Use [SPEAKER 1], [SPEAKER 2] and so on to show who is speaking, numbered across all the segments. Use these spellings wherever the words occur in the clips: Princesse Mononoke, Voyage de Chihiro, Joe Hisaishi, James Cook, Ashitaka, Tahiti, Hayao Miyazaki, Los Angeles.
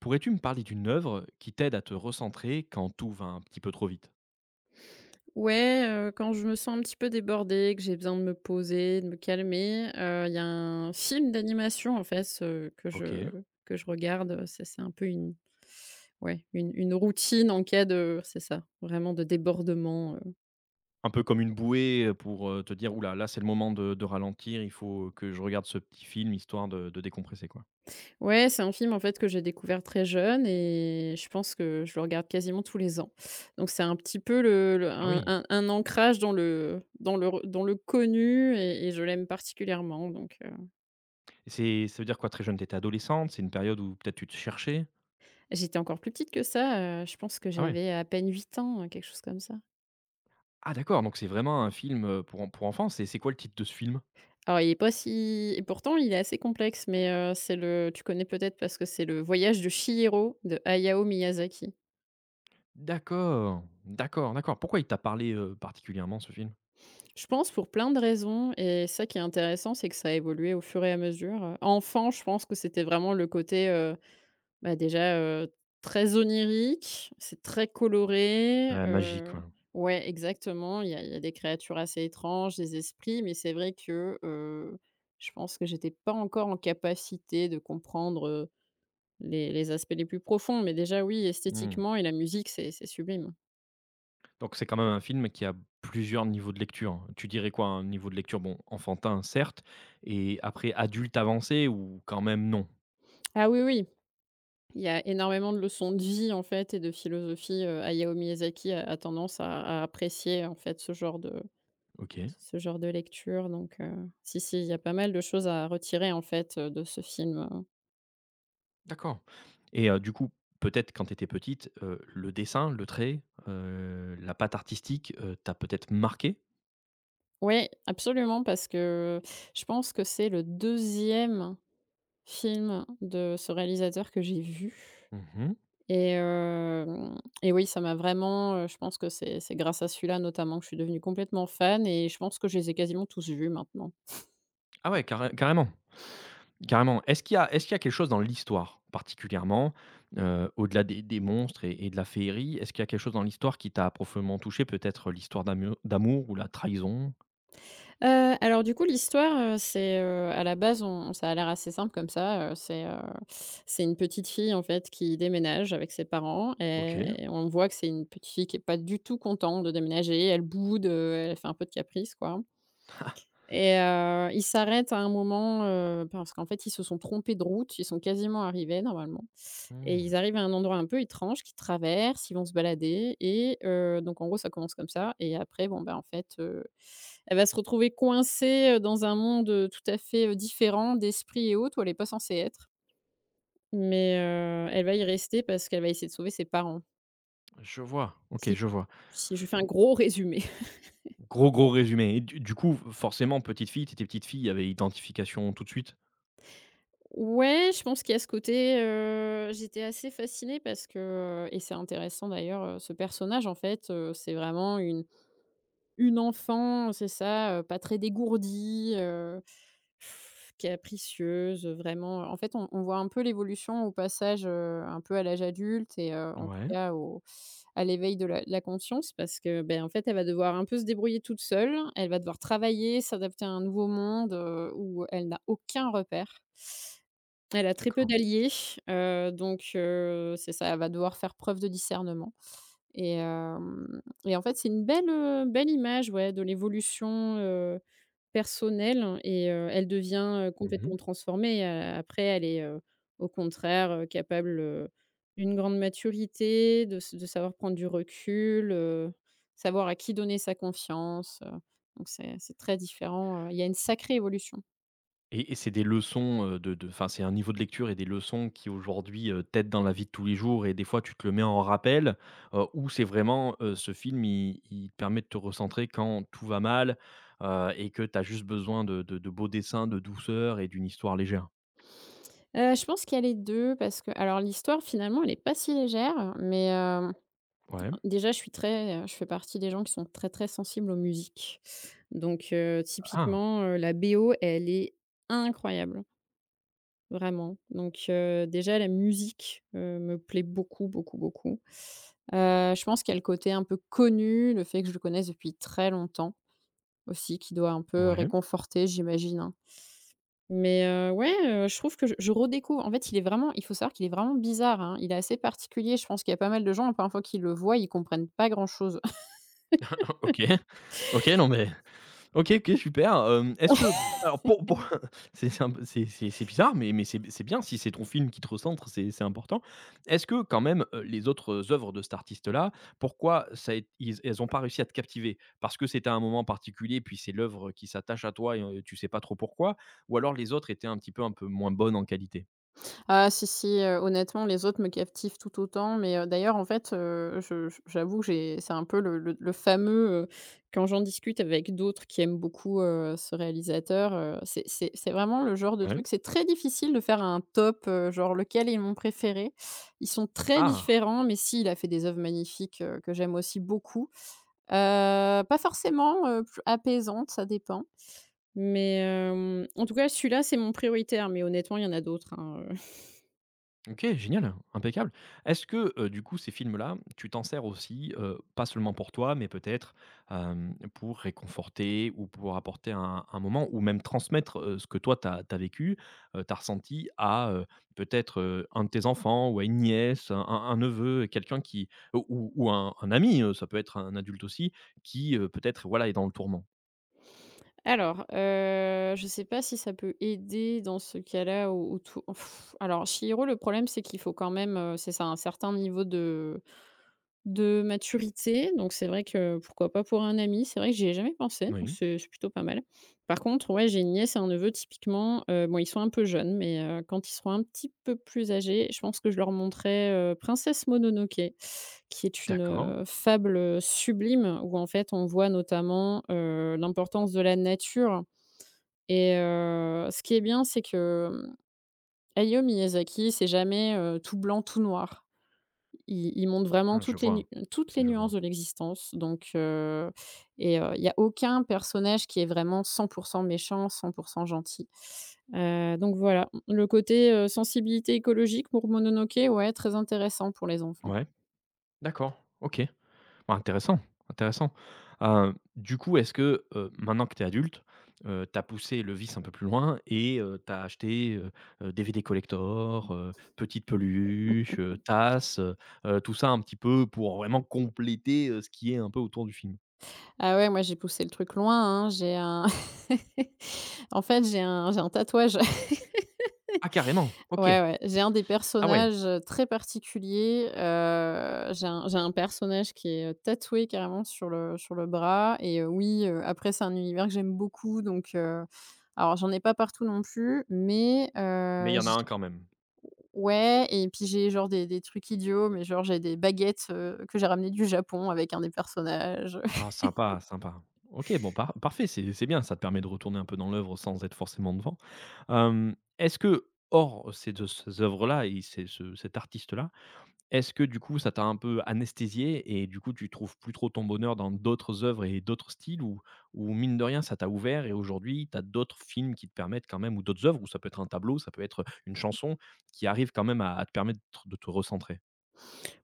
[SPEAKER 1] Pourrais-tu me parler d'une œuvre qui t'aide à te recentrer quand tout va un petit peu trop vite?
[SPEAKER 2] Ouais, quand je me sens un petit peu débordée, que j'ai besoin de me poser, de me calmer, il y a un film d'animation, en fait, ce que je
[SPEAKER 1] OK.
[SPEAKER 2] que je regarde, c'est un peu une, ouais, une routine en cas de, c'est ça, vraiment, de débordement.
[SPEAKER 1] Un peu comme une bouée, pour, te dire: «Ouh là, c'est le moment de ralentir, il faut que je regarde ce petit film histoire de décompresser», quoi.
[SPEAKER 2] Ouais, c'est un film, en fait, que j'ai découvert très jeune et je pense que je le regarde quasiment tous les ans. Donc c'est un petit peu le
[SPEAKER 1] Ah
[SPEAKER 2] un
[SPEAKER 1] oui.
[SPEAKER 2] un un ancrage dans le connu et je l'aime particulièrement donc
[SPEAKER 1] Et C'est ça veut dire quoi très jeune? T'étais adolescente? C'est une période où peut-être tu te cherchais?
[SPEAKER 2] J'étais encore plus petite que ça, je pense que
[SPEAKER 1] Ah ouais.
[SPEAKER 2] j'avais à peine 8 ans, quelque chose comme ça.
[SPEAKER 1] Ah d'accord, donc c'est vraiment un film, pour enfants. C'est quoi le titre de ce film?
[SPEAKER 2] Alors il est pas si et pourtant il est assez complexe, mais c'est le tu connais peut-être parce que c'est le Voyage de Chihiro de Hayao Miyazaki.
[SPEAKER 1] D'accord, d'accord, d'accord. Pourquoi il t'a parlé, particulièrement ce film?
[SPEAKER 2] Je pense pour plein de raisons et ça qui est intéressant, c'est que ça a évolué au fur et à mesure. Enfant, je pense que c'était vraiment le côté, bah, déjà, très onirique, c'est très coloré,
[SPEAKER 1] Ouais, magique, ouais.
[SPEAKER 2] ouais, exactement. Il y a des créatures assez étranges, des esprits, mais c'est vrai que, je pense que j'étais pas encore en capacité de comprendre, les aspects les plus profonds, mais déjà, oui,
[SPEAKER 1] Mmh.
[SPEAKER 2] esthétiquement et la musique, c'est sublime.
[SPEAKER 1] Donc c'est quand même un film qui a plusieurs niveaux de lecture, hein. Tu dirais quoi? Un niveau de lecture, bon, enfantin, certes, et après adulte avancé ou quand même non?
[SPEAKER 2] Ah oui, oui, il y a énormément de leçons de vie, en fait, et de philosophie, Hayao Miyazaki a tendance à apprécier, en fait, ce genre de
[SPEAKER 1] OK,
[SPEAKER 2] Lecture donc si, si, il y a pas mal de choses à retirer en fait, de ce film.
[SPEAKER 1] d'accord. Et du coup, peut-être quand tu étais petite, le dessin, le trait, la patte artistique, t'a peut-être marqué.
[SPEAKER 2] Oui, absolument parce que je pense que c'est le deuxième film de ce réalisateur que j'ai vu
[SPEAKER 1] Mmh.
[SPEAKER 2] et hem et oui, ça m'a vraiment, je pense que c'est grâce à celui-là notamment que je suis devenue complètement fan et je pense que je les ai quasiment tous vus maintenant.
[SPEAKER 1] Ah ouais, carrément, carrément. Est-ce qu'il y a quelque chose dans l'histoire particulièrement, au-delà des monstres et de la féerie, est-ce qu'il y a quelque chose dans l'histoire qui t'a profondément touché? Peut-être l'histoire d'amour ou la trahison?
[SPEAKER 2] Alors du coup l'histoire, c'est, à la base on ça a l'air assez simple comme ça, c'est une petite fille en fait qui déménage avec ses parents
[SPEAKER 1] OK.
[SPEAKER 2] et on voit que c'est une petite fille qui est pas du tout contente de déménager. Elle boude, elle fait un peu de caprice quoi. Et ils s'arrêtent à un moment, parce qu'en fait ils se sont trompés de route. Ils sont quasiment arrivés normalement et
[SPEAKER 1] Mmh,
[SPEAKER 2] ils arrivent à un endroit un peu étrange qu'ils traversent, ils vont se balader et donc en gros, ça commence comme ça. Et après bon, ben en fait, elle va se retrouver coincée, dans un monde, tout à fait, différent d'esprit et autres où elle est pas censée être. Mais elle va y rester parce qu'elle va essayer de sauver ses parents,
[SPEAKER 1] je vois. OK,
[SPEAKER 2] si
[SPEAKER 1] je vois.
[SPEAKER 2] si je fais un gros résumé.
[SPEAKER 1] Gros, gros résumé et du coup, forcément, petite fille, t'étais petite fille, il y avait identification tout de suite?
[SPEAKER 2] Ouais, je pense qu'il y a ce côté, j'étais assez fascinée parce que, et c'est intéressant d'ailleurs, ce personnage en fait, c'est vraiment une enfant, c'est ça, pas très dégourdie, capricieuse, vraiment, en fait, on voit un peu l'évolution au passage, un peu à l'âge adulte et en tout
[SPEAKER 1] Ouais,
[SPEAKER 2] cas au à l'éveil de la conscience parce que, ben, en fait, elle va devoir un peu se débrouiller toute seule. Elle va devoir travailler, s'adapter à un nouveau monde, où elle n'a aucun repère. Elle a très peu
[SPEAKER 1] d'accord.
[SPEAKER 2] d'alliés, c'est ça, elle va devoir faire preuve de discernement. Et en fait, c'est une belle, belle image, ouais, de l'évolution, personnelle et elle devient,
[SPEAKER 1] Mmh.
[SPEAKER 2] complètement transformée, a après elle est, au contraire, capable, d'une grande maturité, de savoir prendre du recul, savoir à qui donner sa confiance, donc c'est très différent, il y a une sacrée évolution.
[SPEAKER 1] Et c'est des leçons, de enfin, c'est un niveau de lecture et des leçons qui aujourd'hui, t'aident dans la vie de tous les jours et des fois tu te le mets en rappel, ou c'est vraiment, ce film il te permet de te recentrer quand tout va mal, et que t'as juste besoin de beaux dessins, de douceur et d'une histoire légère?
[SPEAKER 2] Je pense qu'il y a les 2 parce que alors l'histoire finalement elle n'est pas si légère, mais hem
[SPEAKER 1] Ouais.
[SPEAKER 2] déjà, je suis très, je fais partie des gens qui sont très, très sensibles aux musiques. Donc,
[SPEAKER 1] Ah!
[SPEAKER 2] typiquement, la BO, elle est incroyable, vraiment. Donc, déjà la musique, me plaît beaucoup, beaucoup, beaucoup. Je pense qu'il y a le côté un peu connu, le fait que je le connaisse depuis très longtemps aussi, qui doit un peu
[SPEAKER 1] Ouais.
[SPEAKER 2] réconforter, j'imagine, hein. Mais, ouais, je trouve que je redécouvre en fait, il est vraiment il faut savoir qu'il est vraiment bizarre, hein. Il est assez particulier. Je pense qu'il y a pas mal de gens, la première fois qu'ils le voient, ils comprennent pas grand chose.
[SPEAKER 1] OK. OK, non mais OK, OK, super, hem, est-ce que alors pour c'est un peu c'est c'est bizarre, mais c'est bien si c'est ton film qui te recentre, c'est important. Est-ce que quand même, les autres œuvres de cet artiste-là, pourquoi ça é ils elles ont pas réussi à te captiver? Parce que c'était un moment particulier, puis c'est l'œuvre qui s'attache à toi et tu sais pas trop pourquoi? Ou alors les autres étaient un petit peu un peu moins bonnes en qualité?
[SPEAKER 2] Ah si, si, honnêtement, les autres me captivent tout autant, mais d'ailleurs, en fait, je j'avoue que j'ai c'est un peu le fameux, quand j'en discute avec d'autres qui aiment beaucoup, ce réalisateur, c'est vraiment le genre de
[SPEAKER 1] Ouais.
[SPEAKER 2] truc c'est très difficile de faire un top, genre lequel est mon préféré. Ils sont très
[SPEAKER 1] Ah!
[SPEAKER 2] différents, mais si, il a fait des œuvres magnifiques, que j'aime aussi beaucoup. Pas forcément, plus apaisantes, ça dépend, mais en tout cas, celui-là, c'est mon prioritaire, mais honnêtement, il y en a d'autres, hein.
[SPEAKER 1] OK, génial, impeccable. Est-ce que, du coup, ces films-là, tu t'en sers aussi, pas seulement pour toi, mais peut-être, hem, pour réconforter ou pour apporter un moment ou même transmettre, ce que toi t'as as vécu, tu ressenti à, peut-être, un de tes enfants ou à une nièce, un neveu, quelqu'un qui ou un ami, ça peut être un adulte aussi, qui, peut-être, voilà, est dans le tourment?
[SPEAKER 2] Alors, je sais pas si ça peut aider dans ce cas-là ou tout. Pff, alors Chihiro, le problème, c'est qu'il faut quand même, c'est ça, un certain niveau de maturité, donc c'est vrai que pourquoi pas pour un ami, c'est vrai que j'y ai jamais pensé, donc
[SPEAKER 1] Oui.
[SPEAKER 2] c'est plutôt pas mal. Par contre, ouais, j'ai une nièce et un neveu typiquement, bon, ils sont un peu jeunes, mais quand ils seront un petit peu plus âgés, je pense que je leur montrerai, Princesse Mononoke, qui est une,
[SPEAKER 1] D'accord.
[SPEAKER 2] fable, sublime où en fait on voit notamment, l'importance de la nature. Et ce qui est bien, c'est que, Hayao Miyazaki, c'est jamais, tout blanc, tout noir. Il montre vraiment
[SPEAKER 1] Ah, je vois,
[SPEAKER 2] toutes les
[SPEAKER 1] je
[SPEAKER 2] nuances
[SPEAKER 1] vois.
[SPEAKER 2] de l'existence, il y a aucun personnage qui est vraiment 100% méchant, 100% gentil. Donc voilà, le côté, sensibilité écologique pour Mononoke, ouais, très intéressant pour les enfants.
[SPEAKER 1] Ouais, d'accord, OK. Ah, intéressant, intéressant. Du coup, est-ce que, maintenant que tu es adulte, tu as poussé le vice un peu plus loin et tu as acheté, DVD collector, petites peluches, tasses, tout ça un petit peu pour vraiment compléter, ce qui est un peu autour du film?
[SPEAKER 2] Ah ouais, moi j'ai poussé le truc loin, hein, j'ai un en fait, j'ai un tatouage.
[SPEAKER 1] Ah carrément? OK.
[SPEAKER 2] Ouais, ouais. J'ai un des
[SPEAKER 1] Ah ouais,
[SPEAKER 2] personnages, très particuliers, j'ai un personnage qui est, tatoué carrément sur le bras et oui, après c'est un univers que j'aime beaucoup donc alors j'en ai pas partout non plus, mais
[SPEAKER 1] mais il y en a
[SPEAKER 2] j
[SPEAKER 1] un quand même.
[SPEAKER 2] ouais et puis j'ai genre des trucs idiots, mais genre j'ai des baguettes, que j'ai ramenées du Japon avec un des personnages.
[SPEAKER 1] Ah sympa, sympa. OK, bon, parfait, c'est bien, ça te permet de retourner un peu dans l'œuvre sans être forcément devant. Hem, est-ce que, hors ces œuvres-là et ces ce cet artiste-là, est-ce que du coup, ça t'a un peu anesthésié et du coup, tu trouves plus trop ton bonheur dans d'autres œuvres et d'autres styles, ou mine de rien, ça t'a ouvert et aujourd'hui, tu as d'autres films qui te permettent quand même, ou d'autres œuvres, ou ça peut être un tableau, ça peut être une chanson qui arrive quand même à te permettre de te recentrer?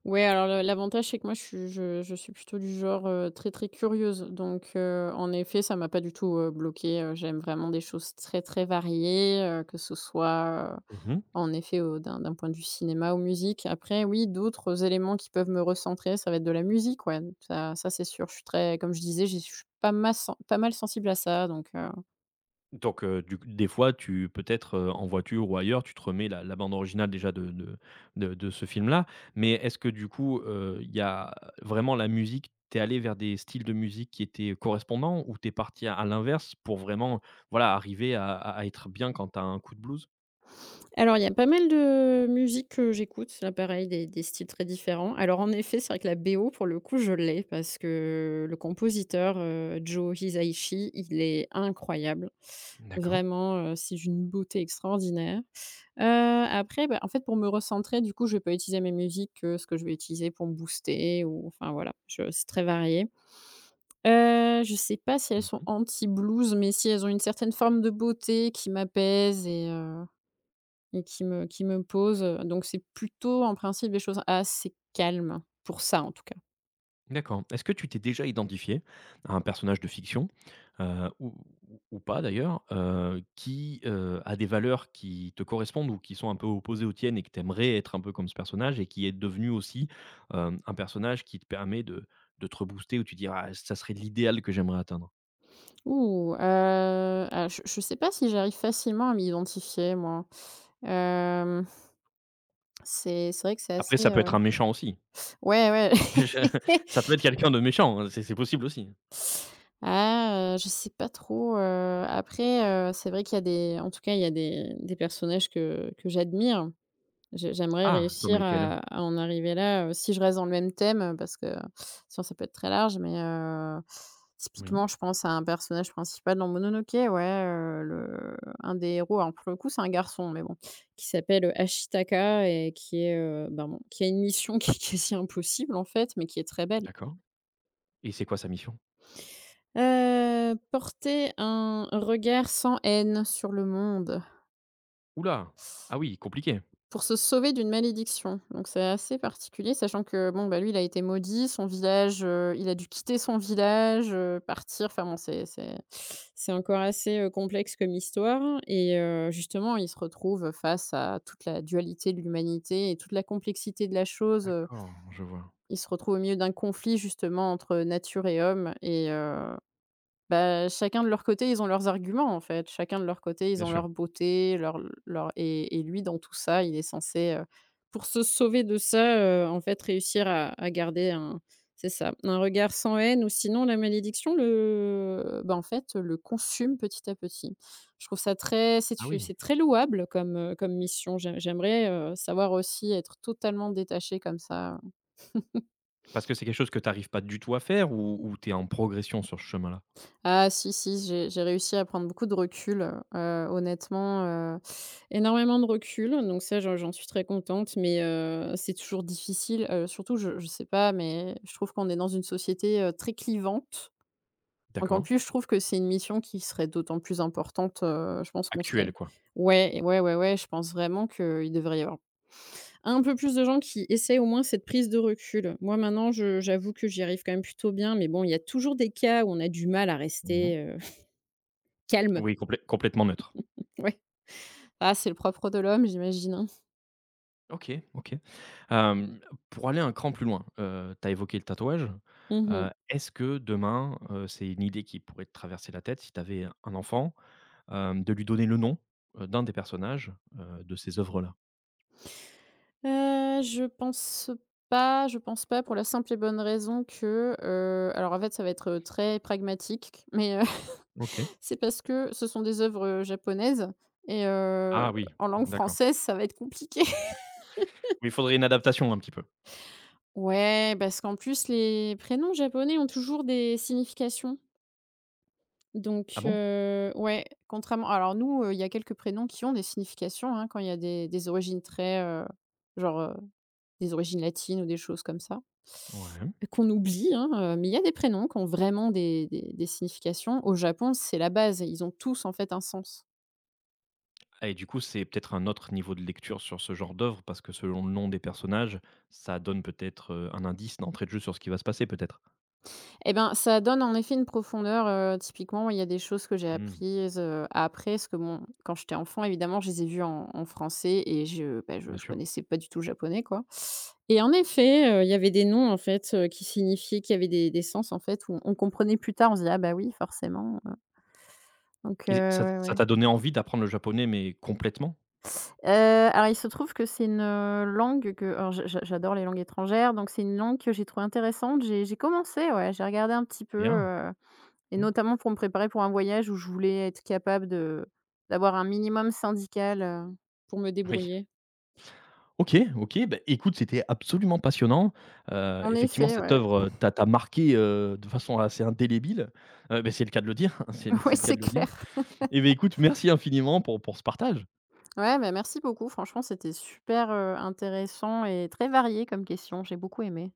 [SPEAKER 2] Ouais, alors l'avantage, c'est que moi, je suis plutôt du genre très, très curieuse. Donc, en effet, ça m'a pas du tout bloquée. J'aime vraiment des choses très, très variées, que ce soit,
[SPEAKER 1] Mmh.
[SPEAKER 2] en effet, d'un point de vue cinéma ou musique. Après, oui, d'autres éléments qui peuvent me recentrer, ça va être de la musique, ouais. Ça c'est sûr. Je suis très, comme je disais, je suis pas mal, pas mal sensible à ça. Donc,
[SPEAKER 1] Donc du coup des fois tu peut-être, en voiture ou ailleurs, tu te remets la bande originale déjà de ce film-là. Mais est-ce que du coup, il y a vraiment la musique? T'es allé vers des styles de musique qui étaient correspondants, ou t'es parti à l'inverse pour vraiment, voilà, arriver à être bien quand t'as un coup de blues?
[SPEAKER 2] alors, il y a pas mal de musique que j'écoute, là pareil, des styles très différents. Alors en effet, c'est vrai que la BO pour le coup, je l'ai parce que le compositeur, Joe Hisaishi, il est incroyable.
[SPEAKER 1] D'accord.
[SPEAKER 2] Vraiment, c'est d'une beauté extraordinaire. Après, bah, en fait, pour me recentrer, du coup, je vais pas utiliser mes musiques que ce que je vais utiliser pour me booster ou enfin voilà, je c'est très varié. Je sais pas si elles sont
[SPEAKER 1] Mmh.
[SPEAKER 2] anti blues, mais si elles ont une certaine forme de beauté qui m'apaise et qui me pose, donc c'est plutôt en principe des choses assez calmes, pour ça en tout cas.
[SPEAKER 1] D'accord. Est-ce que tu t'es déjà identifié à un personnage de fiction, heu, ou ou pas d'ailleurs, qui, a des valeurs qui te correspondent ou qui sont un peu opposées aux tiennes et que tu aimerais être un peu comme ce personnage et qui est devenu aussi, hem, un personnage qui te permet de te rebooster ou tu dis: «Ah ça serait l'idéal que j'aimerais atteindre».
[SPEAKER 2] Ah, je sais pas si j'arrive facilement à m'identifier moi. Hem, c'est vrai que c'est
[SPEAKER 1] Après
[SPEAKER 2] assez
[SPEAKER 1] ça peut être un méchant aussi.
[SPEAKER 2] ouais,
[SPEAKER 1] Je
[SPEAKER 2] ouais.
[SPEAKER 1] ça peut être quelqu'un de méchant, hein, c'est possible aussi.
[SPEAKER 2] Ah, je sais pas trop, après, c'est vrai qu'il y a des en tout cas, il y a des personnages que j'admire. J'aimerais
[SPEAKER 1] Ah, comme
[SPEAKER 2] réussir
[SPEAKER 1] lesquels?
[SPEAKER 2] à en arriver là, si je reste dans le même thème, parce que sinon ça peut être très large, mais
[SPEAKER 1] Oui,
[SPEAKER 2] typiquement, je pense à un personnage principal dans Mononoke, ouais, le un des héros, alors pour le coup, c'est un garçon, mais bon, qui s'appelle, Ashitaka et qui est, ben, bon, qui a une mission qui est quasi impossible, en fait, mais qui est très belle.
[SPEAKER 1] d'accord, et c'est quoi sa mission?
[SPEAKER 2] Porter un regard sans haine sur le monde.
[SPEAKER 1] Oula. Ah oui, compliqué.
[SPEAKER 2] Pour se sauver d'une malédiction, donc c'est assez particulier, sachant que bon, bah, lui, il a été maudit, son village, il a dû quitter son village, partir, enfin bon, c'est c'est encore assez, complexe comme histoire et justement, il se retrouve face à toute la dualité de l'humanité et toute la complexité de la chose,
[SPEAKER 1] D'accord, je vois.
[SPEAKER 2] il se retrouve au milieu d'un conflit justement entre nature et homme et bah, chacun de leur côté, ils ont leurs arguments, en fait. Chacun de leur côté, ils
[SPEAKER 1] Bien
[SPEAKER 2] ont
[SPEAKER 1] sûr.
[SPEAKER 2] leur beauté, leur leur et lui, dans tout ça, il est censé, pour se sauver de ça, en fait, réussir à garder un c'est ça, un regard sans haine ou sinon la malédiction le bah, en fait, le consume petit à petit. Je trouve ça très c'est
[SPEAKER 1] Ah oui,
[SPEAKER 2] c'est très louable comme, comme mission. J'aimerais savoir aussi être totalement détaché comme ça.
[SPEAKER 1] parce que c'est quelque chose que tu arrives pas du tout à faire, ou tu es en progression sur ce chemin-là?
[SPEAKER 2] Ah si, si, j'ai réussi à prendre beaucoup de recul, honnêtement, heu, énormément de recul, donc ça j'en suis très contente, mais c'est toujours difficile, surtout je sais pas, mais je trouve qu'on est dans une société, très clivante, donc en
[SPEAKER 1] D'accord.
[SPEAKER 2] plus je trouve que c'est une mission qui serait d'autant plus importante, je pense qu'on
[SPEAKER 1] Actuel,
[SPEAKER 2] serait
[SPEAKER 1] quoi?
[SPEAKER 2] ouais, ouais, ouais, ouais, je pense vraiment qu'il devrait y avoir un peu plus de gens qui essaient au moins cette prise de recul. Moi maintenant je j'avoue que j'y arrive quand même plutôt bien, mais bon, il y a toujours des cas où on a du mal à
[SPEAKER 1] Mmh.
[SPEAKER 2] rester, calme.
[SPEAKER 1] Oui, complètement neutre.
[SPEAKER 2] Ouais. Ah, c'est le propre de l'homme, j'imagine, hein.
[SPEAKER 1] OK, OK. Hem, pour aller un cran plus loin, tu as évoqué le tatouage.
[SPEAKER 2] Mmh mh.
[SPEAKER 1] Est-ce que demain, c'est une idée qui pourrait te traverser la tête si tu avais un enfant, hem, de lui donner le nom, d'un des personnages, de ces œuvres-là?
[SPEAKER 2] Heu, je pense je pense pas pour la simple et bonne raison que, alors en fait, ça va être, très pragmatique, mais,
[SPEAKER 1] OK.
[SPEAKER 2] c'est parce que ce sont des œuvres, japonaises et
[SPEAKER 1] Ah oui,
[SPEAKER 2] en langue
[SPEAKER 1] d'accord.
[SPEAKER 2] française, ça va être compliqué.
[SPEAKER 1] Oui, il faudrait une adaptation un petit peu.
[SPEAKER 2] Ouais, parce qu'en plus, les prénoms japonais ont toujours des significations.
[SPEAKER 1] Ah
[SPEAKER 2] Donc,
[SPEAKER 1] bon?
[SPEAKER 2] ouais, contrairement alors nous, il y a quelques prénoms qui ont des significations, hein, quand il y a des origines très, genre, des origines latines ou des choses comme ça,
[SPEAKER 1] Ouais.
[SPEAKER 2] qu'on oublie, hein, mais il y a des prénoms qui ont vraiment des significations. Au Japon, c'est la base, ils ont tous, en fait, un sens.
[SPEAKER 1] Ah et du coup, c'est peut-être un autre niveau de lecture sur ce genre d'œuvre parce que selon le nom des personnages, ça donne peut-être, un indice d'entrée de jeu sur ce qui va se passer peut-être?
[SPEAKER 2] Et ben, ça donne en effet une profondeur, typiquement, il y a des choses que j'ai
[SPEAKER 1] Mmh,
[SPEAKER 2] apprises, après, parce que bon, quand j'étais enfant, évidemment, je les ai vues en français et je bah, je
[SPEAKER 1] bien
[SPEAKER 2] je
[SPEAKER 1] sûr.
[SPEAKER 2] connaissais pas du tout le japonais, quoi. Et en effet, il y avait des noms, en fait, qui signifiaient qui avaient des sens, en fait, où on comprenait plus tard, on se disait: «Ah bah oui, forcément», hein». Donc
[SPEAKER 1] Et
[SPEAKER 2] ouais,
[SPEAKER 1] ça
[SPEAKER 2] ouais.
[SPEAKER 1] t'a donné envie d'apprendre le japonais, mais complètement?
[SPEAKER 2] Alors il se trouve que c'est une, langue que alors j'adore les langues étrangères, donc c'est une langue que j'ai trouvée intéressante. J'ai commencé, ouais, j'ai regardé un petit peu,
[SPEAKER 1] Bien,
[SPEAKER 2] et
[SPEAKER 1] mmh,
[SPEAKER 2] notamment pour me préparer pour un voyage où je voulais être capable de d'avoir un minimum syndical, pour me
[SPEAKER 1] oui.
[SPEAKER 2] débrouiller.
[SPEAKER 1] OK, OK, beh, écoute, c'était absolument passionnant.
[SPEAKER 2] En
[SPEAKER 1] Effectivement,
[SPEAKER 2] effet,
[SPEAKER 1] cette
[SPEAKER 2] ouais.
[SPEAKER 1] œuvre, t'a marqué, de façon assez indélébile. Beh, c'est le cas de le dire, c'est le
[SPEAKER 2] Ouais,
[SPEAKER 1] cas
[SPEAKER 2] c'est
[SPEAKER 1] de le dire,
[SPEAKER 2] clair.
[SPEAKER 1] et ben écoute, merci infiniment pour ce partage.
[SPEAKER 2] Ouais, bah, merci beaucoup. Franchement, c'était super, intéressant et très varié comme question. J'ai beaucoup aimé.